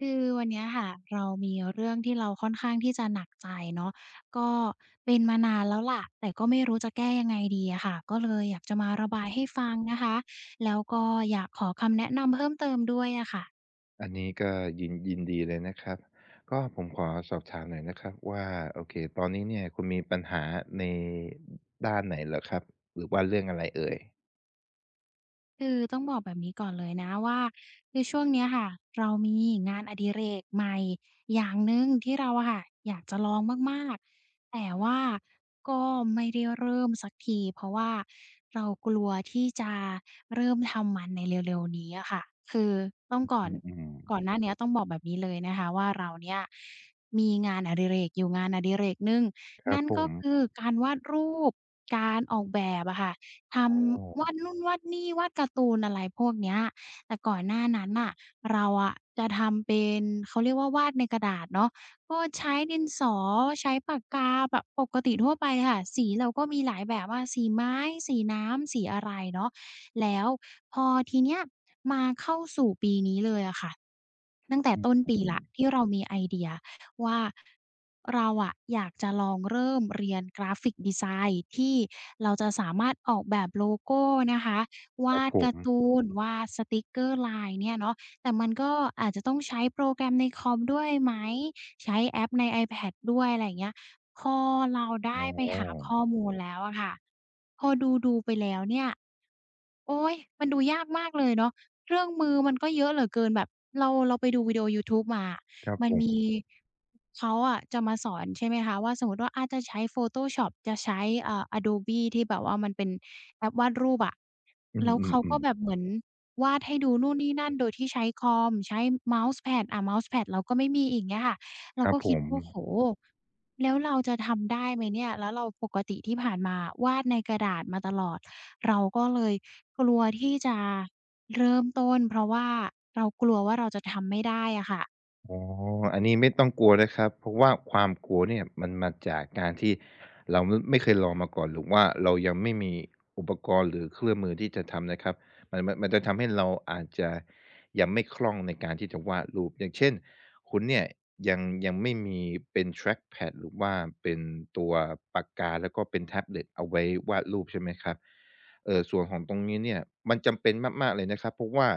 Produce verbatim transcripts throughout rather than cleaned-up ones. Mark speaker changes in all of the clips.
Speaker 1: คือวันเนี้ยค่ะเรามีเรื่องที่เราค่อนข้างที่จะหนักใจเนาะก็เป็นมานานแล้วล่ะแต่ก็ไม่รู้จะแก้ยังไงดีอะค่ะก็เลยอยากจะมาระบายให้ฟังนะคะแล้วก็อยากขอคำแนะนำเพิ่มเติมด้วยอะค่ะ
Speaker 2: อันนี้ก็ยินยินดีเลยนะครับก็ผมขอสอบถามหน่อยนะครับว่าโอเคตอนนี้เนี่ยคุณมีปัญหาในด้านไหนเหรอครับหรือว่าเรื่องอะไรเอ่ย
Speaker 1: คือต้องบอกแบบนี้ก่อนเลยนะว่าคือช่วงเนี้ยค่ะเรามีงานอดิเรกใหม่อย่างหนึ่งที่เราอะค่ะอยากจะลองมากๆแต่ว่าก็ไม่ได้เริ่มสักทีเพราะว่าเรากลัวที่จะเริ่มทำมันในเร็วๆนี้อะค่ะคือต้องก่อ
Speaker 2: อื
Speaker 1: น
Speaker 2: มอืม
Speaker 1: ก่อนหน้าเนี้ยต้องบอกแบบนี้เลยนะคะว่าเราเนี่ยมีงานอดิเรกอยู่งานอดิเรกหนึ่ง
Speaker 2: ครับ
Speaker 1: นั่น
Speaker 2: ผ
Speaker 1: ก็
Speaker 2: ม
Speaker 1: คือการวาดรูปการออกแบบอะค่ะ ท
Speaker 2: อ๋อ
Speaker 1: ำวาดนู่นวาดนี่วาดการ์ตูนอะไรพวกเนี้ยแต่ก่อนหน้านั้นน่ะเราอะจะทำเป็นเขาเรียกว่าวาดในกระดาษเนาะก็ใช้ดินสอใช้ปากกาแบบปกติทั่วไปเลยค่ะสีเราก็มีหลายแบบว่าสีไม้สีน้ำสีอะไรเนาะแล้วพอทีเนี้ยมาเข้าสู่ปีนี้เลยอะค่ะตั้งแต่
Speaker 2: อ
Speaker 1: ต้นปี
Speaker 2: ื
Speaker 1: แล้ว
Speaker 2: ม
Speaker 1: ที่เรามีไอเดีย ว่าเราอะอยากจะลองเริ่มเรียนกราฟิกดีไซน์ที่เราจะสามารถออกแบบโลโก้นะคะ
Speaker 2: ๆครั
Speaker 1: วา
Speaker 2: บ
Speaker 1: ด
Speaker 2: ผ
Speaker 1: กา
Speaker 2: ม
Speaker 1: ร์ตูนวาดสติกเกอร์ลายเนี่ยเนาะแต่มันก็อาจจะต้องใช้โปรแกรมในคอมด้วยไหมใช้แอปใน iPad ด้วยอะไรอย่างเงี้ยพอเราได้
Speaker 2: อ๋อ
Speaker 1: ไปหาข้อมูลแล้วอะค่ะพอดูๆไปแล้วเนี่ย โอ๊ยมันดูยากมากเลยเนาะเครื่องมือมันก็เยอะเหลือเกินแบบเราเราไปดูวิดีโอยูทูบมาอะ
Speaker 2: ครับ
Speaker 1: มัน
Speaker 2: ผ
Speaker 1: มี
Speaker 2: ม
Speaker 1: เขาอะจะมาสอนใช่ไหมคะว่าสมมุติว่าอาจะใช้ Photoshop จะใช้เอ่อ Adobe ที่แบบว่ามันเป็นแอปวาดรูปอะ
Speaker 2: อื
Speaker 1: แล้วเขาก็
Speaker 2: ม
Speaker 1: แบบ
Speaker 2: ๆ
Speaker 1: เหมือนวาดให้ดูนู่นนี่นั่นโดยที่ใช้คอมใช้เมาส์แพดอาเมาส์แพดเราก็ไม่มีอีกเงี้ยค่ะ
Speaker 2: ๆค
Speaker 1: เรา
Speaker 2: รับ
Speaker 1: ก็
Speaker 2: ผ
Speaker 1: คิด
Speaker 2: ม
Speaker 1: โอ้โฮแล้วเราจะทำได้ไหมเนี่ยแล้วเราปกติที่ผ่านมาวาดในกระดาษมาตลอดเราก็เลย กลัวที่จะเริ่มต้นเพราะว่าเรากลัวว่าเราจะทำไม่ได้อะค่ะ
Speaker 2: อ๋ออันนี้ไม่ต้องกลัวนะครับเพราะว่าความกลัวเนี่ยมันมาจากการที่เราไม่ไม่เคยลองมาก่อนหรือว่าเรายังไม่มีอุปกรณ์หรือเครื่องมือที่จะทำนะครับมันมันมันจะทำให้เราอาจจะยังไม่คล่องในการที่จะวาดรูปอย่างเช่นคุณเนี่ยยังยังไม่มีเป็น trackpad หรือว่าเป็นตัวปากกาแล้วก็เป็นแท็บเล็ตเอาไว้วาดรูปใช่ไหมครับเอ่อส่วนของตรงนี้เนี่ยมันจำเป็นมากๆเลยนะครับเพราะว่า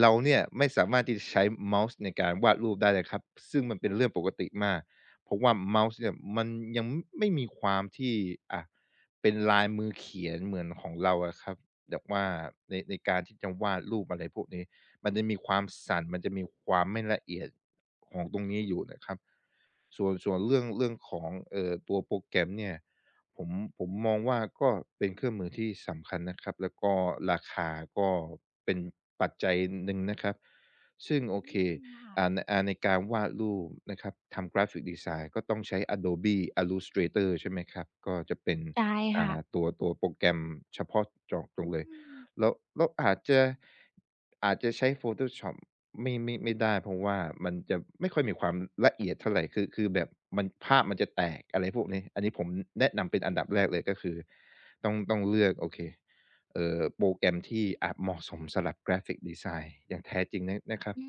Speaker 2: เราเนี่ยไม่สามารถที่จะใช้เมาส์ในการวาดรูปได้เลยครับซึ่งมันเป็นเรื่องปกติมากเพราะว่าเมาส์เนี่ยมันยังไม่มีความที่อ่ะเป็นลายมือเขียนเหมือนของเราอะครับแบบว่าในในการที่จะวาดรูปอะไรพวกนี้มันจะมีความสั่นมันจะมีความไม่ละเอียดของตรงนี้อยู่นะครับ ส่วนส่วนเรื่องเรื่องของเอ่อตัวโปรแกรมเนี่ยผมผมมองว่าก็เป็นเครื่องมือที่สำคัญนะครับแล้วก็ราคาก็เป็นปัจจัยหนึ่งนะครับซึ่งโอ
Speaker 1: อื
Speaker 2: เค
Speaker 1: ม
Speaker 2: อ่า
Speaker 1: ค่ะ
Speaker 2: ในอ่าในการวาดรูปนะครับทำกราฟิกดีไซน์ก็ต้องใช้ Adobe Illustrator ใช่ไหมครับก็จะเป็น
Speaker 1: ใช่ค่ะ
Speaker 2: อ่าตัวตัวโปรแกรมเฉพาะเจาะจงเล
Speaker 1: อื
Speaker 2: ย
Speaker 1: ม
Speaker 2: แล้วเราอาจจะอาจจะใช้ Photoshop ไม่ไม่ไม่ได้เพราะว่ามันจะไม่ค่อยมีความละเอียดเท่าไรคือคือแบบมันภาพมันจะแตกอะไรพวกนี้อันนี้ผมแนะนำเป็นอันดับแรกเลยก็คือต้องต้องเลือกโอเคเอ่อโปรแกรมที่อาจเหมาะสมสำหรับ Graphic Design อย่างแท้จริงนะนะครับ
Speaker 1: อื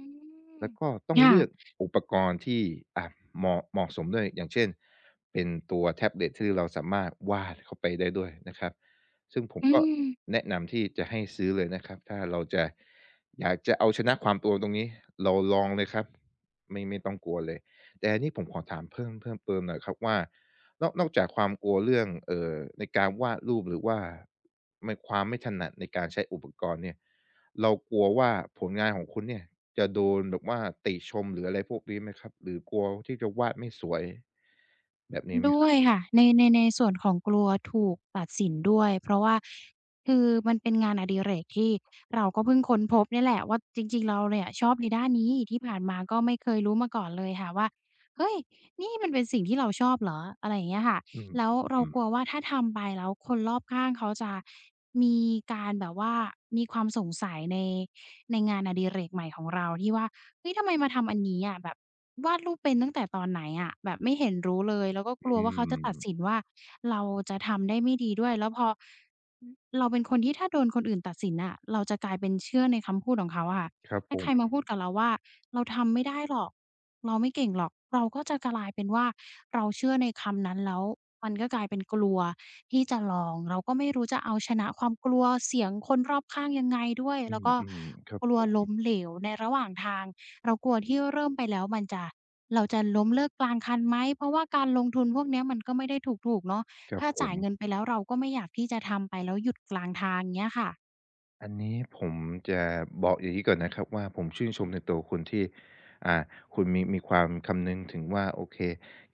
Speaker 1: ม
Speaker 2: แล้วก็ต้อง
Speaker 1: ค่ะ
Speaker 2: เลือกอุปกรณ์ที่อ่าเหมาะเหมาะสมด้วยอย่างเช่นเป็นตัวแท็บเล็ตที่เราสามารถวาดเข้าไปได้ด้วยนะครับซึ่งผม
Speaker 1: อื
Speaker 2: ก็
Speaker 1: ม
Speaker 2: แนะนำที่จะให้ซื้อเลยนะครับถ้าเราจะ อยากจะเอาชนะความกลัวตรงนี้เราลองเลยครับไม่ไม่ต้องกลัวเลยแต่อันนี้ผมขอถามเพิ่มเพิ่มเติมหน่อยครับว่านอกนอกจากความกลัวเรื่องเอ่อในการวาดรูปหรือว่าไม่ความไม่ถนัดในการใช้อุปกรณ์เนี่ยเรากลัวว่าผลงานของคุณเนี่ยจะโดนแบบว่าติชมหรืออะไรพวกนี้ไหมครับหรือกลัวที่จะวาดไม่สวยแบบนี้ไหม
Speaker 1: ด้
Speaker 2: ค
Speaker 1: ว
Speaker 2: รับ
Speaker 1: ยค่ะในในในส่วนของกลัวถูกตัดสินด้วยเพราะว่าคือมันเป็นงานอดิเรกที่เราก็เพิ่งค้นพบเนี่ยแหละว่าจริงๆเราเนี่ยชอบในด้านนี้ที่ผ่านมาก็ไม่เคยรู้มาก่อนเลยค่ะว่าเฮ้ยนี่มันเป็นสิ่งที่เราชอบเหรออะไรอย่างเงี้ยค่ะ
Speaker 2: อื
Speaker 1: แล้วเรา
Speaker 2: ม
Speaker 1: กลัว
Speaker 2: ๆ
Speaker 1: ว่าถ้าทำไปแล้วคนรอบข้างเขาจะมีการแบบว่ามีความสงสัยในในงานอดิเรกใหม่ของเราที่ว่าเฮ้ยทำไมมาทำอันนี้อะแบบ วาดรูปเป็นตั้งแต่ตอนไหนอะแบบไม่เห็นรู้เลยแล้วก็
Speaker 2: ๆ
Speaker 1: ก
Speaker 2: อื
Speaker 1: ลัวว่าเขา
Speaker 2: ม
Speaker 1: จะตัดสินว่าเราจะทำได้ไม่ดีด้วยแล้วพออือเราเป็นคนที่ถ้าโดนคนอื่นตัดสินน่ะเราจะกลายเป็นเชื่อในคำพูดของเขาอะค่ะ
Speaker 2: ครับผ
Speaker 1: ถ้าใคร
Speaker 2: ม
Speaker 1: มาพูดกับเราว่าเราทำไม่ได้หรอกเราไม่เก่งหรอกเราก็จะกลายเป็นว่าเราเชื่อในคำนั้นแล้วมันก็กลายเป็นกลัวที่จะลองเราก็ไม่รู้จะเอาชนะความกลัวเสียงคนรอบข้างยังไงด้วย
Speaker 2: อื
Speaker 1: แล้วก็
Speaker 2: มๆครับ
Speaker 1: กลั
Speaker 2: ผ
Speaker 1: ว
Speaker 2: ม
Speaker 1: ล้มเหลวในระหว่างทาง เรากลัวที่เริ่มไปแล้วมันจะเราจะล้มเลิกกลางคันไหมเพราะว่าการลงทุนพวกเนี้ยมันก็ไม่ได้ถูกๆเนาะ
Speaker 2: ครับ
Speaker 1: ถ้า
Speaker 2: ผ
Speaker 1: จ่า
Speaker 2: ม
Speaker 1: ยเงินไปแล้วเราก็ไม่อยากที่จะทำไปแล้วหยุดกลางทางเงี้ยค่ะ
Speaker 2: อันนี้ผมจะบอกอย่างที้ก่อนนะครับว่าผมชื่นชมในตัวคุณที่อ่าคุณมีมีความคำนึงถึงว่าโอเค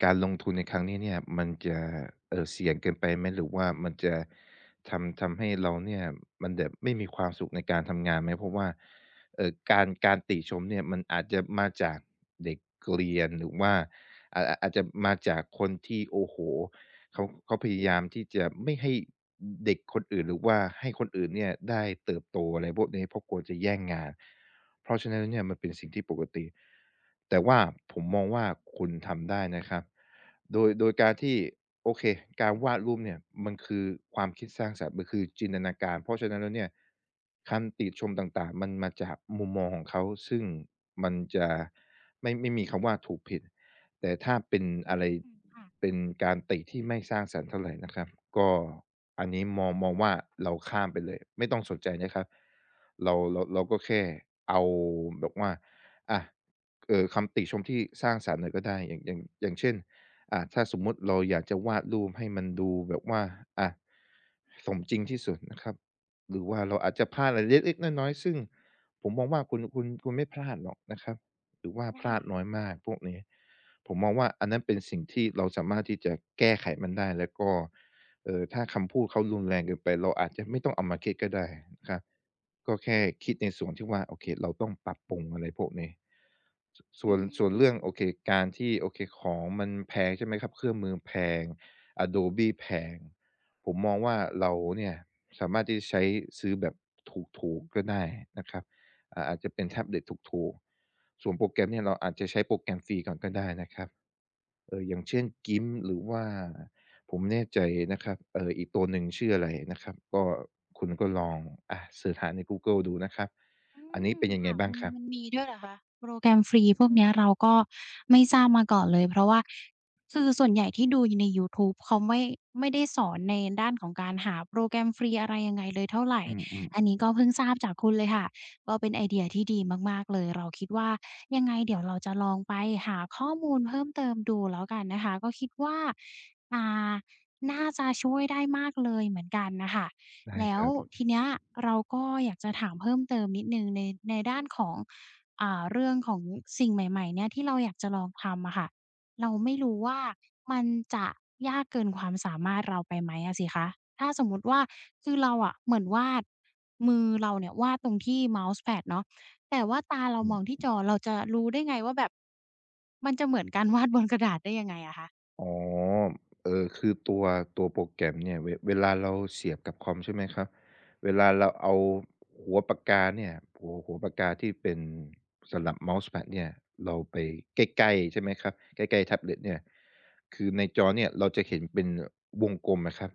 Speaker 2: การลงทุนในครั้งนี้เนี่ยมันจะเอ่อเสี่ยงเกินไปไหมหรือว่ามันจะทำทำให้เราเนี่ยมันแบบไม่มีความสุขในการทำงานไหมเพราะว่าเอ่อการการติชมเนี่ยมันอาจจะมาจากเด็กเรียนหรือว่าอาอาอาจจะมาจากคนที่โอ้โฮเขาเขาพยายามที่จะไม่ให้ เด็กคนอื่นหรือว่าให้คนอื่นเนี่ยได้เติบโตอะไรพวกนี้เพราะกลัวจะแย่งงานเพราะฉะนั้นเนี่ยมันเป็นสิ่งที่ปกติแต่ว่าผมมองว่าคุณทำได้นะครับโดยโดยการที่โอเคการวาดรูปเนี่ยมันคือความคิดสร้างสรรค์มันคือจินตนาการเพราะฉะนั้นแล้วเนี่ยคำติชมต่างๆมันมาจากมุมมองของเขาซึ่งมันจะไม่ไม่มีคำว่าถูกผิด แต่ถ้าเป็น
Speaker 1: อื
Speaker 2: อะไร
Speaker 1: มค่ะ
Speaker 2: เป็นการติที่ไม่สร้างสรรค์เท่าไรนะครับก็อันนี้มองมองว่าเราข้ามไปเลยไม่ต้องสนใจนะครับเราเราเราก็แค่เอาแบบว่าอะเอ่อคำติชมที่สร้างสรรค์หน่อยก็ได้อย่างอย่างอย่างเช่นอ่าถ้าสมมุติเราอยากจะวาดรูปให้มันดูแบบว่าอะสมจริงที่สุดนะครับหรือว่าเราอาจจะพลาดอะไรเล็กๆน้อยๆซึ่งผมมองว่าคุณคุณคุณไม่พลาดหรอกนะครับหรือว่าพลาดน้
Speaker 1: ค่ะ
Speaker 2: อยมากพวกนี้ ผมมองว่าอันนั้นเป็นสิ่งที่เราสามารถที่จะแก้ไขมันได้แล้วก็เอ่อถ้าคำพูดเขารุนแรงเกินไปเราอาจจะไม่ต้องเอามาคิดก็ได้นะครับก็แค่คิดในส่วนที่ว่าโอเคเราต้องปรับปรุงอะไรพวกนี้สส่
Speaker 1: อื
Speaker 2: วน
Speaker 1: ม
Speaker 2: ส่วนเรื่องโอเคการที่โอเคของมันแพงใช่ไหมครับเครื่องมือแพง Adobe แพงผมมองว่าเราเนี่ยสามารถที่จะใช้ซื้อแบบถูกๆก็ได้นะครับอ่าอาจจะเป็นแท็บเล็ตถูกๆ ส่วนโปรแกรมเนี่ยเราอาจจะใช้โปรแกรมฟรีก่อนก็ได้นะครับเอออย่างเช่น กิมป์ หรือว่าผมไม่แน่ใจนะครับเอออีกตัวหนึ่งชื่ออะไรนะครับก็คุณก็ลองอ่าเสิร์ชหาในกูเกิลดูนะครับ
Speaker 1: อื
Speaker 2: อันนี้
Speaker 1: ม
Speaker 2: เป็นยังไง
Speaker 1: ค่ะ
Speaker 2: บ้าง
Speaker 1: มัน
Speaker 2: ครับ
Speaker 1: มันมีด้วยเหรอคะโปรแกรมฟรีพวกเนี้ยเราก็ไม่ทราบมาก่อนเลยเพราะว่าคือส่วนใหญ่ที่ดูในยูทูบเขาไม่ไม่ได้สอนในด้านของการหาโปรแกรมฟรีอะไรยังไงเลยเท่าไร
Speaker 2: อืมอืม
Speaker 1: อันนี้ก็เพิ่งทราบจากคุณเลยค่ะก็เป็นไอเดียที่ดีมากๆเลยเราคิดว่ายังไงเดี๋ยวเราจะลองไปหาข้อมูลเพิ่มเติมดูแล้วกันนะคะก็คิดว่าอ่าน่าจะช่วยได้มากเลยเหมือนกันน่ะค่ะ
Speaker 2: ได้
Speaker 1: แล้
Speaker 2: ค
Speaker 1: ว
Speaker 2: รับ
Speaker 1: ทีเนี้ยเราก็อยากจะถามเพิ่มเติมนิดหนึ่งในในด้านของอ่าเรื่องของสิ่งใหม่ๆเนี่ยที่เราอยากจะลองทำอะค่ะเราไม่รู้ว่ามันจะยากเกินความสามารถเราไปไหมอะสิคะถ้าสมมุติว่าคือเราอะเหมือนวาดมือเราเนี่ยวาดตรงที่เมาส์แพดเนาะแต่ว่าตาเรามองที่จอเราจะรู้ได้ไงว่าแบบมันจะเหมือนการ วาดบนกระดาษได้ยังไงอะคะ
Speaker 2: อ๋อเออคือตัวตัวโปรแกรมเนี่ยเวเวลาเราเสียบกับคอมใช่ไหมครับเวลาเราเอาหัวปากกาเนี่ยหัวหัวปากกาที่เป็นสำหรับเมาส์แพดเนี่ยเราไปใกล้ๆใช่ไหมครับใกล้ๆแท็บเล็ตเนี่ยคือในจอเนี่ยเราจะเห็นเป็นวงกลมอะครับ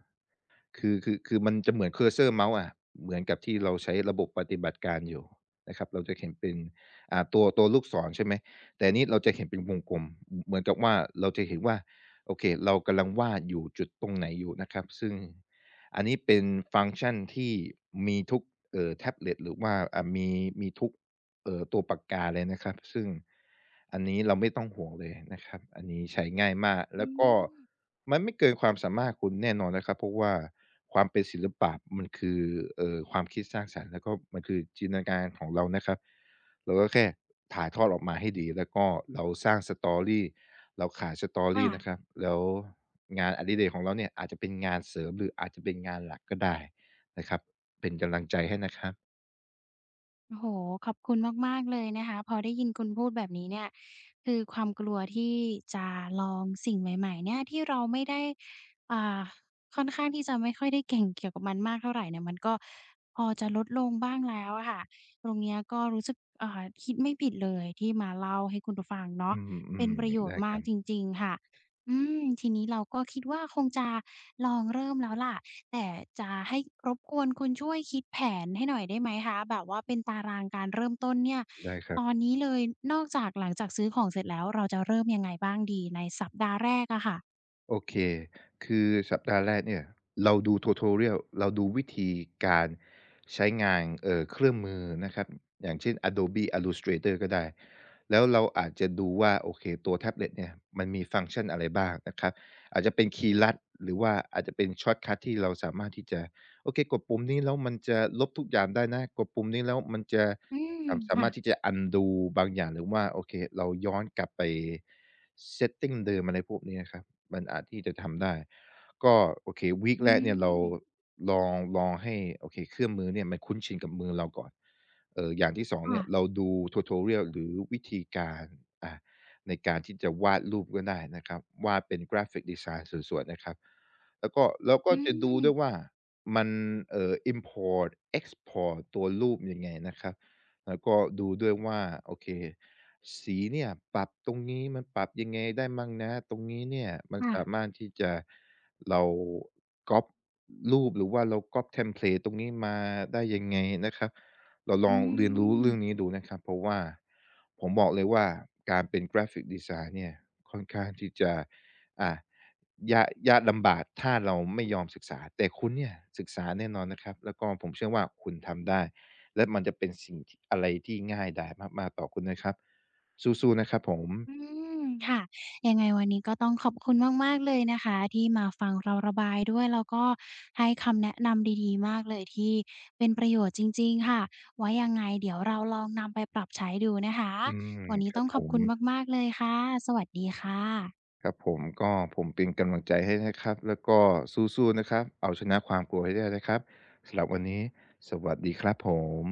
Speaker 2: คือคือคือมันจะเหมือนเคอร์เซอร์เมาส์อะเหมือนกับที่เราใช้ระบบปฏิบัติการอยู่นะครับเราจะเห็นเป็นอ่าตัวตัวลูกศรใช่ไหมแต่อันนี้เราจะเห็นเป็นวงกลมเหมือนกับว่าเราจะเห็นว่าโอเคเรากำลังวาดอยู่จุดตรงไหนอยู่นะครับซึ่งอันนี้เป็นฟังก์ชันที่มีทุกเอ่อแท็บเล็ตหรือว่าอ่ามีมีทุกเอ่อตัวปากกาเลยนะครับซึ่งอันนี้เราไม่ต้องห่วงเลยนะครับอันนี้ใช้ง่ายมาก
Speaker 1: อื
Speaker 2: แล้วก็
Speaker 1: ม
Speaker 2: มันไม่เกินความสามารถคุณแน่นอนนะครับเพราะว่าความเป็นศิลปะมันคือเอ่อความคิดสร้างสรรค์แล้วก็มันคือจินตนาการของเรานะครับเราก็แค่ถ่ายทอดออกมาให้ดีแล้วก็เราสร้าง Story เราขาย Story นะครั
Speaker 1: ค่ะ
Speaker 2: บแล้วงานอดิเรกของเราเนี่ยอาจจะเป็นงานเสริมหรืออาจจะเป็นงานหลักก็ได้นะครับเป็นกำลังใจให้นะครับ
Speaker 1: โอ้โหขอบคุณมากๆเลยนะคะพอได้ยินคุณพูดแบบนี้เนี่ยคือความกลัวที่จะลองสิ่งใหม่ๆเนี่ยที่เราไม่ได้อ่าค่อนข้างที่จะไม่ค่อยได้เก่งเกี่ยวกับมันมากเท่าไรเนี่ยมันก็พอจะลดลงบ้างแล้วอะค่ะตรงเนี้ยก็รู้สึกอ่าคิดไม่ผิดเลยที่มาเล่าให้คุณฟัง
Speaker 2: อื
Speaker 1: เนาะเป็น
Speaker 2: ม
Speaker 1: ประโย
Speaker 2: ๆ
Speaker 1: ช
Speaker 2: ได้
Speaker 1: น์
Speaker 2: ค
Speaker 1: มาก
Speaker 2: รั
Speaker 1: จ
Speaker 2: บ
Speaker 1: ริงๆค่ะอืมทีนี้เราก็คิดว่าคงจะลองเริ่มแล้วล่ะ แต่จะให้รบกวนคุณช่วยคิดแผนให้หน่อยได้ไหมคะแบบว่าเป็นตารางการเริ่มต้นเนี่ย
Speaker 2: ได้ครั
Speaker 1: ต
Speaker 2: บ
Speaker 1: อนนี้เลยนอกจากหลังจากซื้อของเสร็จแล้วเราจะเริ่มยังไงบ้างดีในสัปดาห์แรกอะค่ะ
Speaker 2: โอเคคือสัปดาห์แรกเนี่ยเราดู tutorial เราดูวิธีการใช้งานเอ่อเครื่องมือนะครับอย่างเช่น Adobe Illustrator ก็ได้แล้วเราอาจจะดูว่าโอเคตัวแท็บเล็ตเนี่ยมันมีฟังก์ชันอะไรบ้างนะครับอาจจะเป็นคีย์ลัดหรือว่าอาจจะเป็นช็อตคัตที่เราสามารถที่จะโอเคกดปุ่มนี้แล้วมันจะลบทุกอย่างได้นะกดปุ่มนี้แล้วมันจะ
Speaker 1: อืม
Speaker 2: สามสา
Speaker 1: ค่ะ
Speaker 2: มารถที่จะ undo บางอย่างหรือว่าโอเคเราย้อนกลับไป setting เดิมอะไรพวกนี้นะครับ มันอาจที่จะทำได้ก็โอเควีก
Speaker 1: อื
Speaker 2: แรกเนี่ยเรา
Speaker 1: ม
Speaker 2: ลองลองให้โอเคเครื่องมือเนี่ยมันคุ้นชินกับมือเราก่อนเอออย่างที่สอง
Speaker 1: ค่ะ
Speaker 2: เนี่ยเราดู tutorial หรือวิธีการอ่ะในการที่จะวาดรูปก็ได้นะครับวาดเป็นกราฟิกดีไซน์สวยๆนะครับแล้วก็เราก็
Speaker 1: อื
Speaker 2: จะดูด้วยว่า
Speaker 1: ม
Speaker 2: มันเอ่อ import export ตัวรูปยังไงนะครับ แล้วก็ดูด้วยว่าโอเคสีเนี่ยปรับตรงนี้มันปรับยังไงได้มั่งนะตรงนี้เนี่ยมัน
Speaker 1: ค่ะ
Speaker 2: สามารถที่จะเราก๊อปรูปหรือว่าเราก๊อปเทมเพลตตรงนี้มาได้ยังไงนะครับเราล
Speaker 1: อื
Speaker 2: องเรียนรู้
Speaker 1: ม
Speaker 2: เรื่องนี้ดูนะครับเพราะว่าผมบอกเลยว่าการเป็นกราฟิกดีไซน์เนี่ยค่อนข้างที่จะอ่ายากยากลำบากถ้าเราไม่ยอมศึกษาแต่คุณเนี่ยศึกษาแน่นอนนะครับแล้วก็ผมเชื่อว่าคุณทำได้ และมันจะเป็นสิ่งที่อะไรที่ง่ายดายมากๆต่อคุณนะครับสู้ๆนะครับผม
Speaker 1: อืมค่ะยังไงวันนี้ก็ต้องขอบคุณมากๆเลยนะคะที่มาฟังเราระบายด้วยแล้วก็ให้คำแนะนำดีๆมากเลยที่เป็นประโยชน์จริงๆค่ะไว้ยังไงเดี๋ยวเราลองนำไปปรับใช้ดูนะคะ
Speaker 2: อืม
Speaker 1: วันนี้
Speaker 2: ครั
Speaker 1: ต้
Speaker 2: บ
Speaker 1: อง
Speaker 2: ผ
Speaker 1: ขอบ
Speaker 2: ม
Speaker 1: คุณมากๆเลยค่ะสวัสดีค่ะ
Speaker 2: ครับผมก็ผมเป็นกำลังใจให้นะครับแล้วก็สู้ๆนะครับเอาชนะความกลัวให้ได้นะครับสำหรับวันนี้สวัสดีครับผม